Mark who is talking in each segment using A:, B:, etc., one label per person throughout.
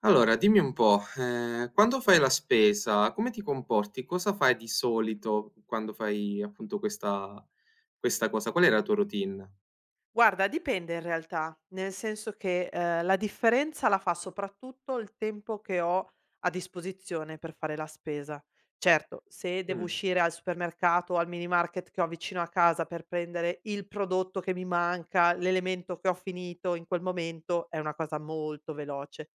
A: Allora, dimmi un po', quando fai la spesa come ti comporti? Cosa fai di solito quando fai appunto questa cosa? Qual è la tua routine?
B: Guarda, dipende in realtà, nel senso che, la differenza la fa soprattutto il tempo che ho a disposizione per fare la spesa. Certo, se devo
A: Mh,
B: uscire al supermercato o al mini market che ho vicino a casa per prendere il prodotto che mi manca, l'elemento che ho finito in quel momento, è una cosa molto veloce.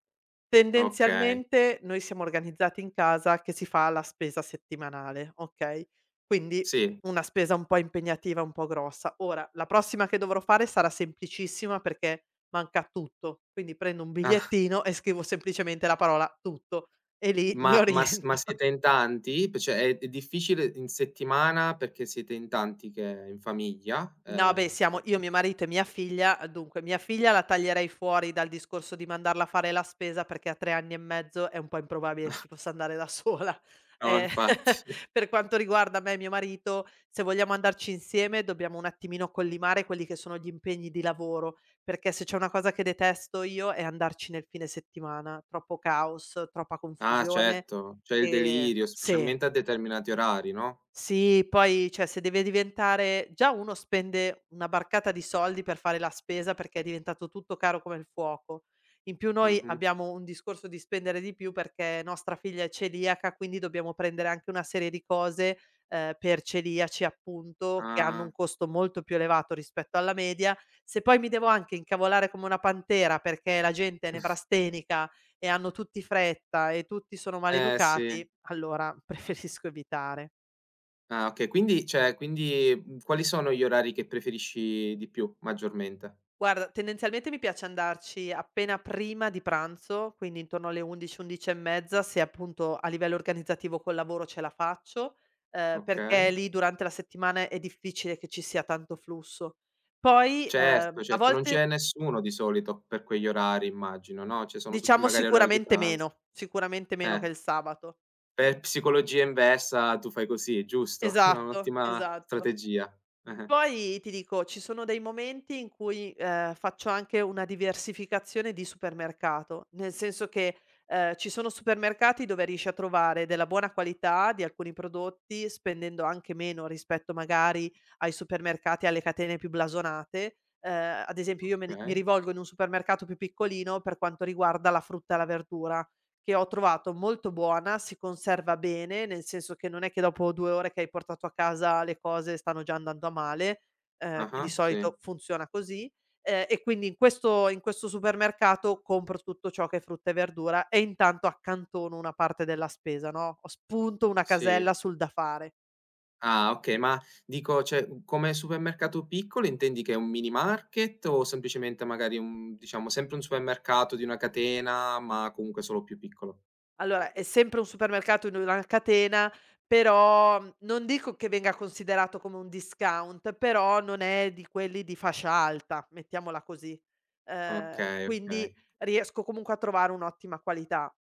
A: okay,
B: Tendenzialmente noi siamo organizzati in casa che si fa la spesa settimanale, okay? Quindi
A: sì.
B: una spesa un po' impegnativa, un po' grossa. Ora, la prossima che dovrò fare sarà semplicissima perché manca tutto, quindi prendo un
A: Ah,
B: bigliettino e scrivo semplicemente la parola "tutto" e lì io
A: ma
B: rientro.
A: siete in tanti? P cioè è difficile in settimana perché siete in tanti che in famiglia?
B: No, beh,
A: Ehm,
B: siamo io,
A: perché
B: mio marito e mia figlia. Dunque, mia figlia la taglierei fuori dal discorso di mandarla a fare la spesa, perché a 3 anni e mezzo è un po' improbabile che ci possa andare da sola.
A: no,
B: Ehm,
A: infatti.
B: per quanto riguarda me e mio marito, se vogliamo andarci insieme, dobbiamo un attimino collimare quelli che sono gli impegni di lavoro, perché se c'è una cosa che detesto io è andarci nel fine settimana. Troppo caos, troppa
A: Ah,
B: confusione,
A: certo, c'è il delirio,
B: sì.
A: specialmente a determinati orari, no?
B: Sì, poi cioè se deve diventare già uno spende una barcata di soldi per fare la spesa perché è diventato tutto caro come il fuoco. In più noi
A: Mh-mh.
B: abbiamo un discorso di spendere di più perché nostra figlia è celiaca, quindi dobbiamo prendere anche una serie di cose, per celiaci appunto, che hanno un
A: Ah,
B: costo molto più elevato rispetto alla media. Se poi mi devo anche incavolare come una pantera perché la gente è nevrastenica e hanno tutti fretta e tutti sono
A: eh sì.
B: maleducati, allora preferisco evitare.
A: Ah, okay, quindi quali sono gli orari che preferisci di più maggiormente?
B: Guarda, tendenzialmente mi piace andarci appena prima di pranzo, quindi intorno alle 11, 11 e mezza, se appunto a livello organizzativo col lavoro ce la faccio, perché
A: Okay.
B: lì durante la settimana è difficile che ci sia tanto flusso. Poi,
A: Certo,
B: a
A: certo, non
B: volte
A: c'è nessuno di solito per quegli orari, immagino, no, cioè sono tutti
B: diciamo
A: magari all'orario di pranzo.
B: sicuramente meno che
A: Eh,
B: il sabato.
A: per psicologia inversa tu fai così, giusto?
B: Esatto,
A: Un'ottima
B: esatto.
A: strategia. Eh-eh.
B: Poi ti dico, ci sono dei momenti in cui, faccio anche una diversificazione di supermercato, nel senso che, ci sono supermercati dove riesci a trovare della buona qualità di alcuni prodotti, spendendo anche meno rispetto magari ai supermercati, alle catene più blasonate. Ad esempio io me ne mi
A: Okay.
B: rivolgo in un supermercato più piccolino per quanto riguarda la frutta e la verdura che ho trovato molto buona, si conserva bene, nel senso che non è che dopo 2 ore che hai portato a casa le cose stanno già andando a male, che di
A: Ah-ah, sì,
B: solito funziona così, e quindi in questo supermercato compro tutto ciò che è frutta e verdura e intanto accantono una parte della spesa, no, ho spunto una
A: sì.
B: casella sul da fare.
A: Ah, okay, ma dico, come supermercato piccolo intendi che è un mini market o semplicemente magari un, diciamo, sempre un supermercato di una catena, ma comunque solo più piccolo?
B: Allora, è sempre un supermercato in una catena, però, non dico che venga considerato come un discount, però non è di quelli di fascia alta, mettiamola così.
A: Okay,
B: Quindi
A: okay.
B: riesco comunque a trovare un'ottima qualità.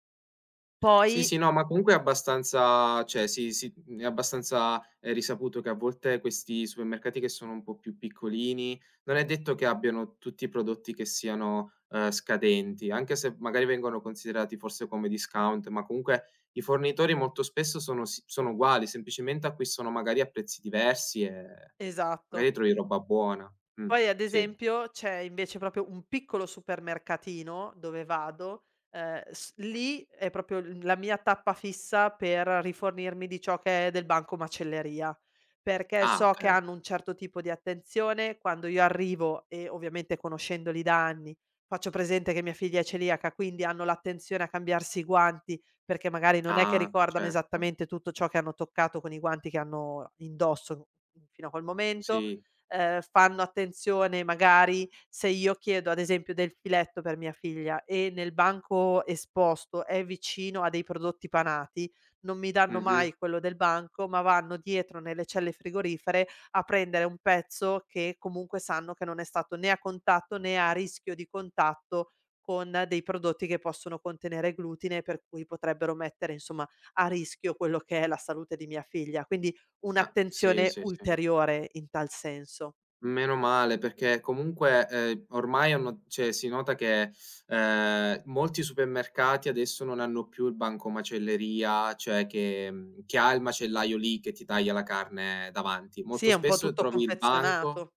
A: Sì,
B: Poi
A: sì, no, ma comunque è abbastanza, cioè sì, sì, è abbastanza, risaputo che a volte questi supermercati che sono un po' più piccolini, non è detto che abbiano tutti i prodotti che siano, scadenti, anche se magari vengono considerati forse come discount, ma comunque i fornitori molto spesso sono uguali, semplicemente acquistano magari a prezzi diversi e
B: esatto.
A: magari trovi roba buona.
B: Poi ad
A: Sì.
B: esempio c'è invece proprio un piccolo supermercatino dove vado, s lì è proprio l la mia tappa fissa per rifornirmi di ciò che è del banco macelleria, perché
A: Ah,
B: so che
A: okay.
B: hanno un certo tipo di attenzione. Quando io arrivo e ovviamente conoscendoli da anni, faccio presente che mia figlia è celiaca, quindi hanno l'attenzione a cambiarsi i guanti, perché magari non è che
A: Ah,
B: ricordano
A: certo.
B: esattamente tutto ciò che hanno toccato con i guanti che hanno indosso fino a quel momento.
A: Sì.
B: Fanno attenzione magari se io chiedo ad esempio del filetto per mia figlia e nel banco esposto è vicino a dei prodotti panati, non mi danno
A: Mh-mh.
B: mai quello del banco, ma vanno dietro nelle celle frigorifere a prendere un pezzo che comunque sanno che non è stato né a contatto né a rischio di contatto con dei prodotti che possono contenere glutine, per cui potrebbero mettere insomma a rischio quello che è la salute di mia figlia. Quindi
A: Ah, sì,
B: un'attenzione
A: sì, sì.
B: ulteriore in tal senso.
A: Meno male, perché comunque, ormai hanno, cioè si nota che, molti supermercati adesso non hanno più il banco macelleria, cioè che che ha il macellaio lì che ti taglia la carne davanti.
B: Sì,
A: Molto
B: è un po'
A: spesso
B: tutto
A: trovi il banco,
B: confezionato.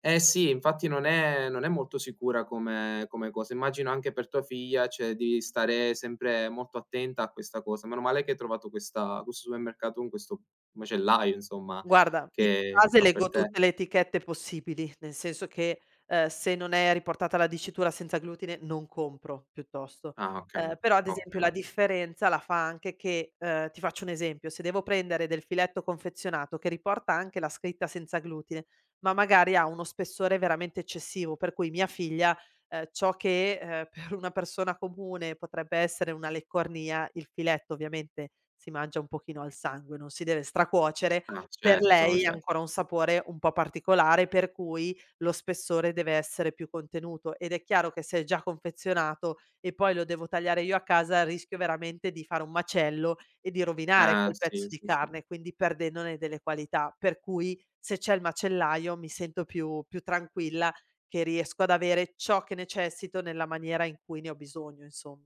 A: eh sì, infatti non è molto sicura come cosa. Immagino anche per tua figlia, cioè devi stare sempre molto attenta a questa cosa. Meno male che hai trovato questa questo supermercato con questo macellaio, insomma,
B: Guarda, io di
A: che
B: base
A: fa per
B: leggo
A: te.
B: tutte le etichette possibili, nel senso che, se non è riportata la dicitura senza glutine non compro piuttosto.
A: Ah, okay,
B: Però ad esempio la
A: okay.
B: differenza la fa anche che ti faccio un esempio, se devo prendere del filetto confezionato che riporta anche la scritta senza glutine, ma magari ha uno spessore veramente eccessivo, per cui mia figlia, ciò che, per una persona comune potrebbe essere una leccornia, il filetto ovviamente si mangia un pochino al sangue, non si deve stracuocere,
A: Ah,
B: per
A: certo,
B: lei ha
A: cer,
B: ancora un sapore un po' particolare, per cui lo spessore deve essere più contenuto ed è chiaro che se è già confezionato e poi lo devo tagliare io a casa, rischio veramente di fare un macello e di rovinare
A: ah
B: quel pezzo
A: sì,
B: di
A: sì, sì.
B: carne, quindi perdendone delle qualità. Per cui se c'è il macellaio mi sento più tranquilla che riesco ad avere ciò che necessito nella maniera in cui ne ho bisogno, insom.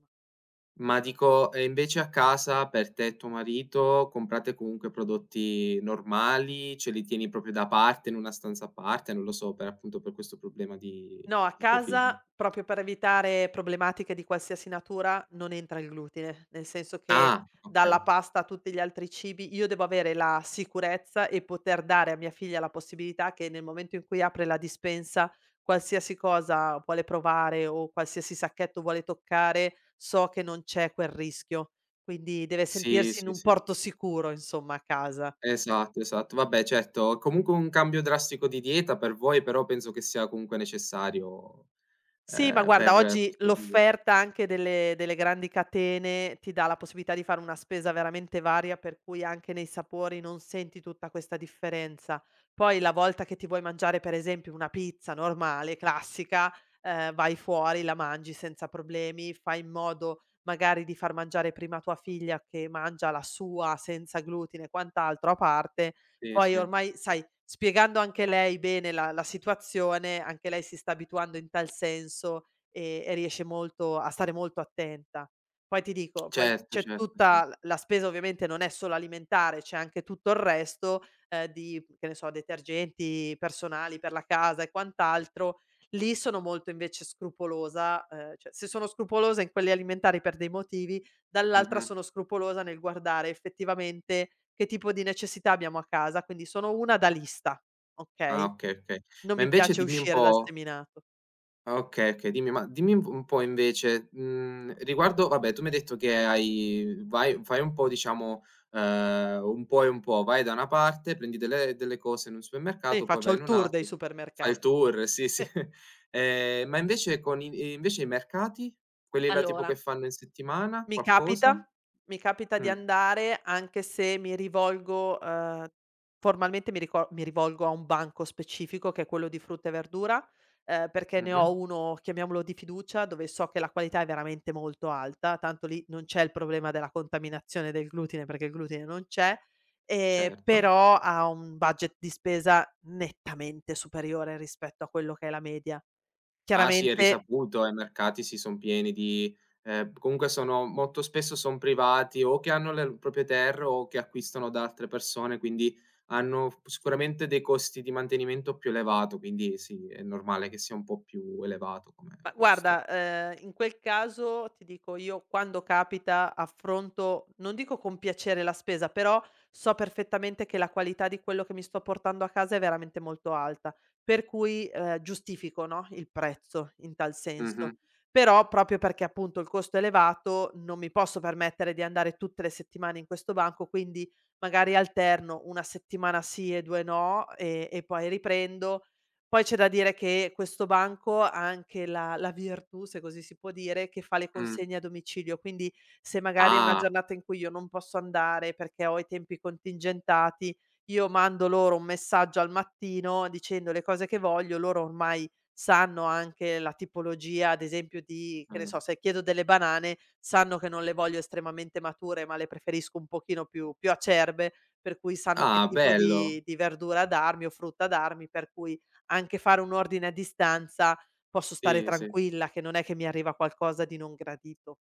A: Ma dico, e invece a casa per te e tuo marito comprate comunque prodotti normali, ce li tieni proprio da parte in una stanza a parte, non lo so, per appunto, per questo problema
B: No, a
A: di tua figlia.
B: casa, proprio per evitare problematiche di qualsiasi natura, non entra il glutine, nel senso che
A: Ah,
B: dalla
A: okay.
B: pasta a tutti gli altri cibi io devo avere la sicurezza e poter dare a mia figlia la possibilità che nel momento in cui apre la dispensa, qualsiasi cosa vuole provare o qualsiasi sacchetto vuole toccare, so che non c'è quel rischio. Quindi deve
A: Sì,
B: sentirsi in
A: sì,
B: un
A: sì.
B: porto sicuro, insomma, a casa.
A: Esatto, esatto. Vabbè, certo, comunque un cambio drastico di dieta per voi, però penso che sia comunque necessario,
B: Sì, ma guarda oggi
A: per tua figlia.
B: l'offerta anche delle grandi catene ti dà la possibilità di fare una spesa veramente varia, per cui anche nei sapori non senti tutta questa differenza. Poi la volta che ti vuoi mangiare per esempio una pizza normale, classica, vai fuori, la mangi senza problemi, fai in modo magari di far mangiare prima tua figlia che mangia la sua senza glutine e quant'altro a parte.
A: Sì,
B: Poi
A: sì.
B: ormai sai spiegando anche lei bene la situazione, anche lei si sta abituando in tal senso, e riesce molto a stare molto attenta. Poi ti dico, poi
A: Certo,
B: c'è
A: certo, sì.
B: tutta l la spesa ovviamente non è solo alimentare, c'è anche tutto il resto, di, che ne so, detergenti personali per la casa e quant'altro. Lì sono molto invece scrupolosa, cioè se sono scrupolosa in quelli alimentari per dei motivi, dall'altra
A: Mh-mh.
B: sono scrupolosa nel guardare effettivamente che tipo di necessità abbiamo a casa, quindi sono una odalista,
A: Ah,
B: okay,
A: okay, okay.
B: non
A: Ma
B: mi
A: invece
B: piace
A: dimmi un
B: uscire dal
A: po'
B: seminato.
A: ah, okay, okay, dimmi, dimmi un po' invece, riguardo, vabbè, tu mi hai detto che hai vai fai un po', diciamo, un po' e un po', vai da una parte, prendi delle delle cose in un
B: Sì,
A: supermercato, poi
B: faccio
A: vai
B: il
A: in un
B: tour dei
A: altro, fai il
B: supermercati.
A: tour, sì, sì. Ma invece con i, e invece i mercati? Quelli là tipo che
B: Allora,
A: fanno in settimana,
B: mi capita,
A: qualcosa?
B: di
A: Mh.
B: andare anche se mi rivolgo, formalmente mi rivolgo a un banco specifico che è quello di frutta e verdura, perché ne
A: Mh-mh.
B: ho uno, chiamiamolo di fiducia, dove so che la qualità è veramente molto alta, tanto lì non c'è il problema della contaminazione del glutine, perché il glutine non c'è,
A: Certo.
B: però ha un budget di spesa nettamente superiore rispetto a quello che è la media.
A: Ah, sì, è
B: Chiaramente.
A: risaputo, i mercati sì, son pieni di, comunque sono molto spesso son privati o che hanno le proprie terre o che acquistano da altre persone, quindi hanno f, sicuramente dei costi di mantenimento più elevato, quindi sì, è normale che sia un po' più elevato come
B: Ma
A: costo.
B: guarda, in quel caso ti dico io quando capita affronto, non dico con piacere la spesa, però so perfettamente che la qualità di quello che mi sto portando a casa è veramente molto alta, per cui, giustifico, no, il prezzo in tal senso.
A: Mh-mh,
B: Però proprio perché appunto il costo è elevato, non mi posso permettere di andare tutte le settimane in questo banco, quindi magari alterno 1 settimana sì e 2 no, e poi riprendo. Poi c'è da dire che questo banco ha anche la virtù, se così si può dire, che fa le
A: mh.
B: consegne a domicilio, quindi se magari è una
A: Ah,
B: giornata in cui io non posso andare perché ho i tempi contingentati, io mando loro un messaggio al mattino dicendo le cose che voglio, loro ormai sanno anche la tipologia, ad esempio di che ne
A: mh.
B: so, se chiedo delle banane, sanno che non le voglio estremamente mature, ma le preferisco un pochino più acerbe, per cui sanno che
A: Ah,
B: tipo di
A: bello.
B: di verdura darmi o frutta darmi, per cui anche fare un ordine a distanza, posso stare
A: Sì, sì.
B: tranquilla che non è che mi arriva qualcosa di non gradito.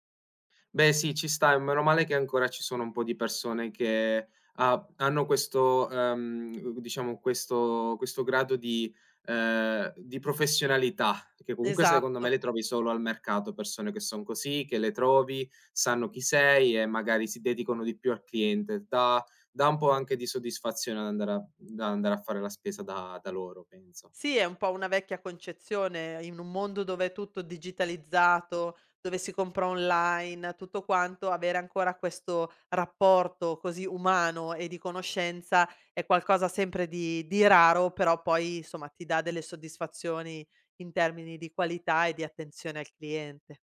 A: Beh sì, ci sta, e meno male che ancora ci sono un po' di persone che ha hanno questo, diciamo, questo questo grado di, di professionalità, che comunque secondo me
B: Esatto.
A: le trovi solo al mercato, persone che son così, che le trovi, sanno chi sei e magari si dedicano di più al cliente. Dà un po' anche di soddisfazione ad andare a fare la spesa da da loro, penso.
B: Sì, è un po' una vecchia concezione, in un mondo dove è tutto digitalizzato, dove si compra online, tutto quanto, avere ancora questo rapporto così umano e di conoscenza è qualcosa sempre di raro, però poi, insomma, ti dà delle soddisfazioni in termini di qualità e di attenzione al cliente.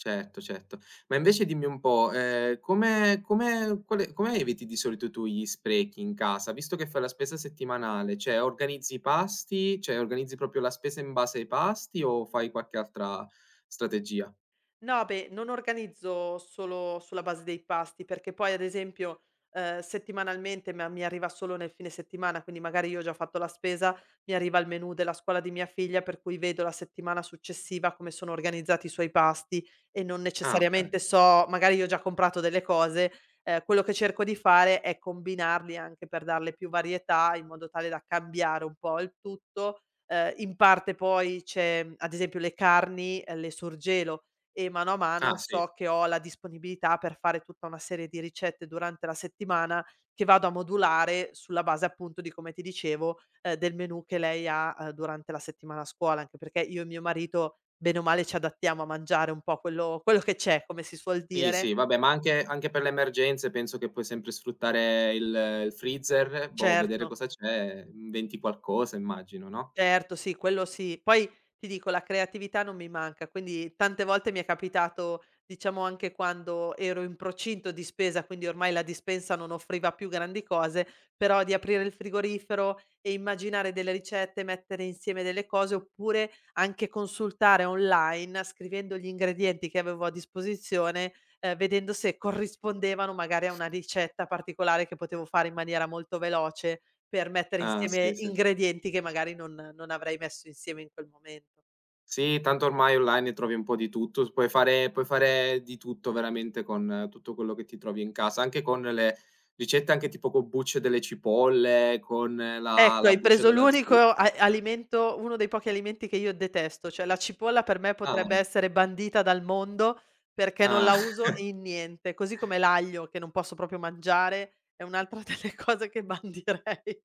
A: Certo, certo. Ma invece dimmi un po', come eviti di solito tu gli sprechi in casa? Visto che fai la spesa settimanale, cioè organizzi i pasti, cioè organizzi proprio la spesa in base ai pasti o fai qualche altra strategia?
B: No, beh, non organizzo solo sulla base dei pasti, perché poi ad esempio, settimanalmente ma mi arriva solo nel fine settimana, quindi magari io ho già fatto la spesa, mi arriva il menù della scuola di mia figlia, per cui vedo la settimana successiva come sono organizzati i suoi pasti e non
A: Ah, okay.
B: necessariamente so magari io ho già comprato delle cose, quello che cerco di fare è combinarli anche per darle più varietà, in modo tale da cambiare un po' il tutto. In parte poi c'è, ad esempio le carni, le surgelo, e mano a mano
A: Ah, sì.
B: so che ho la disponibilità per fare tutta una serie di ricette durante la settimana che vado a modulare sulla base appunto di come ti dicevo, del menù che lei ha, durante la settimana a scuola, anche perché io e mio marito bene o male ci adattiamo a mangiare un po' quello che c'è, come si suol
A: Sì, sì,
B: dire.
A: vabbè, ma anche anche per le emergenze penso che puoi sempre sfruttare il freezer, boh, vedere
B: Certo.
A: cosa c'è, inventi qualcosa, immagino, no?
B: Certo, sì, quello sì. Poi ti dico la creatività non mi manca, quindi tante volte mi è capitato, diciamo anche quando ero in procinto di spesa, quindi ormai la dispensa non offriva più grandi cose, però di aprire il frigorifero e immaginare delle ricette, mettere insieme delle cose, oppure anche consultare online scrivendo gli ingredienti che avevo a disposizione, vedendo se corrispondevano magari a una ricetta particolare che potevo fare in maniera molto veloce. Per mettere
A: Ah,
B: insieme
A: sì, sì.
B: ingredienti che magari non avrei messo insieme in quel momento.
A: Sì, tanto ormai online trovi un po' di tutto, s, puoi fare di tutto veramente con, tutto quello che ti trovi in casa, anche con le ricette, anche tipo con bucce delle cipolle, con, la
B: Ecco,
A: la
B: hai
A: buccia
B: preso
A: della zu,
B: l'unico a alimento, uno dei pochi alimenti che io detesto, cioè la cipolla per me
A: ah,
B: potrebbe essere bandita dal mondo perché non la
A: ah,
B: uso in niente, così come l'aglio che non posso proprio mangiare, è un'altra delle cose che bandirei.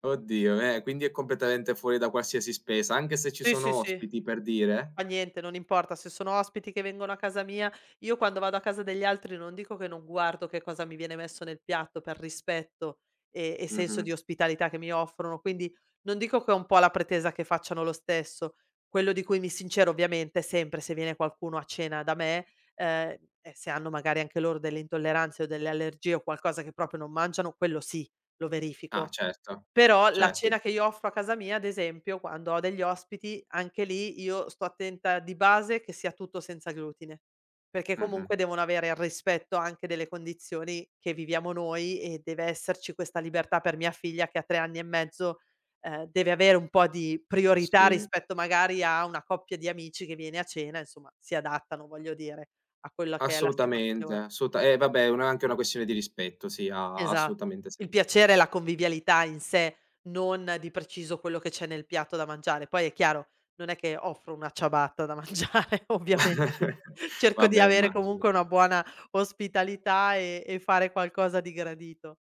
A: oddio, quindi è completamente fuori da qualsiasi spesa, anche se ci
B: Sì, sì,
A: sono
B: sì.
A: ospiti, per dire?
B: Fa niente, non importa, se sono ospiti che vengono a casa mia io quando vado a casa degli altri non dico che non guardo che cosa mi viene messo nel piatto per rispetto e senso di
A: Mh-mh.
B: ospitalità che mi offrono, quindi non dico che ho un po' la pretesa che facciano lo stesso. Quello di cui mi sincero ovviamente è sempre se viene qualcuno a cena da me, e se hanno magari anche loro delle intolleranze o delle allergie o qualcosa che proprio non mangiano, quello sì, lo
A: Ah,
B: verifico.
A: certo,
B: Però la
A: certo,
B: cena che io offro a casa mia, ad esempio, quando ho degli ospiti, anche lì io sto attenta di base che sia tutto senza glutine, perché
A: mh-mh.
B: comunque devono avere il rispetto anche delle condizioni che viviamo noi e deve esserci questa libertà per mia figlia che a 3 anni e mezzo, deve avere un po' di priorità
A: Sì,
B: rispetto magari a una coppia di amici che viene a cena, insomma si adattano, voglio dire, a quella che è la
A: assolutamente,
B: situazione.
A: assoluta, vabbè, è una anche una questione di rispetto, sì, ha
B: Esatto.
A: assolutamente
B: Il
A: senso.
B: piacere è la convivialità in sé, non di preciso quello che c'è nel piatto da mangiare. Poi è chiaro, non è che offro una ciabatta da mangiare ovviamente. Cerco di
A: Vabbè,
B: avere
A: immagino,
B: comunque una
A: sì.
B: buona ospitalità e fare qualcosa di gradito.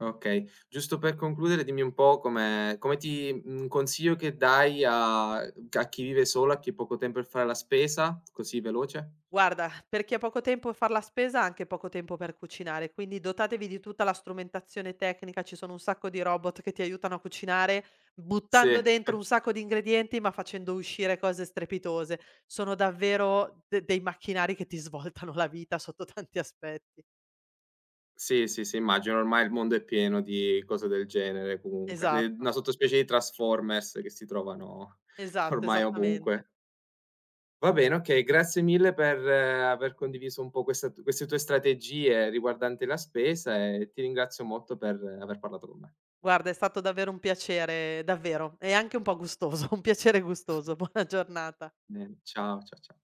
A: Okay. Giusto per concludere dimmi un po' come come ti, un consiglio che dai a a chi vive solo, a chi ha poco tempo per fare la spesa, così veloce?
B: Guarda, per chi ha poco tempo e far la spesa, ha anche poco tempo per cucinare, quindi dotatevi di tutta la strumentazione tecnica, ci sono un sacco di robot che ti aiutano a cucinare, buttando
A: Sì.
B: dentro un sacco di ingredienti, ma facendo uscire cose strepitose. Sono davvero dei macchinari che ti svoltano la vita sotto tanti aspetti.
A: Sì, sì, sì, immagino ormai il mondo è pieno di cose del genere comunque, de,
B: Esatto,
A: una sottospecie di Transformers che si trovano
B: esatto,
A: ormai
B: esattamente.
A: ovunque. Va bene, okay, grazie mille per, aver condiviso un po' questa queste tue strategie riguardanti la spesa e ti ringrazio molto per, aver parlato con me.
B: Guarda, è stato davvero un piacere, davvero, e anche un po' gustoso, un piacere gustoso. Buona giornata.
A: Bene, ciao, cia, cia.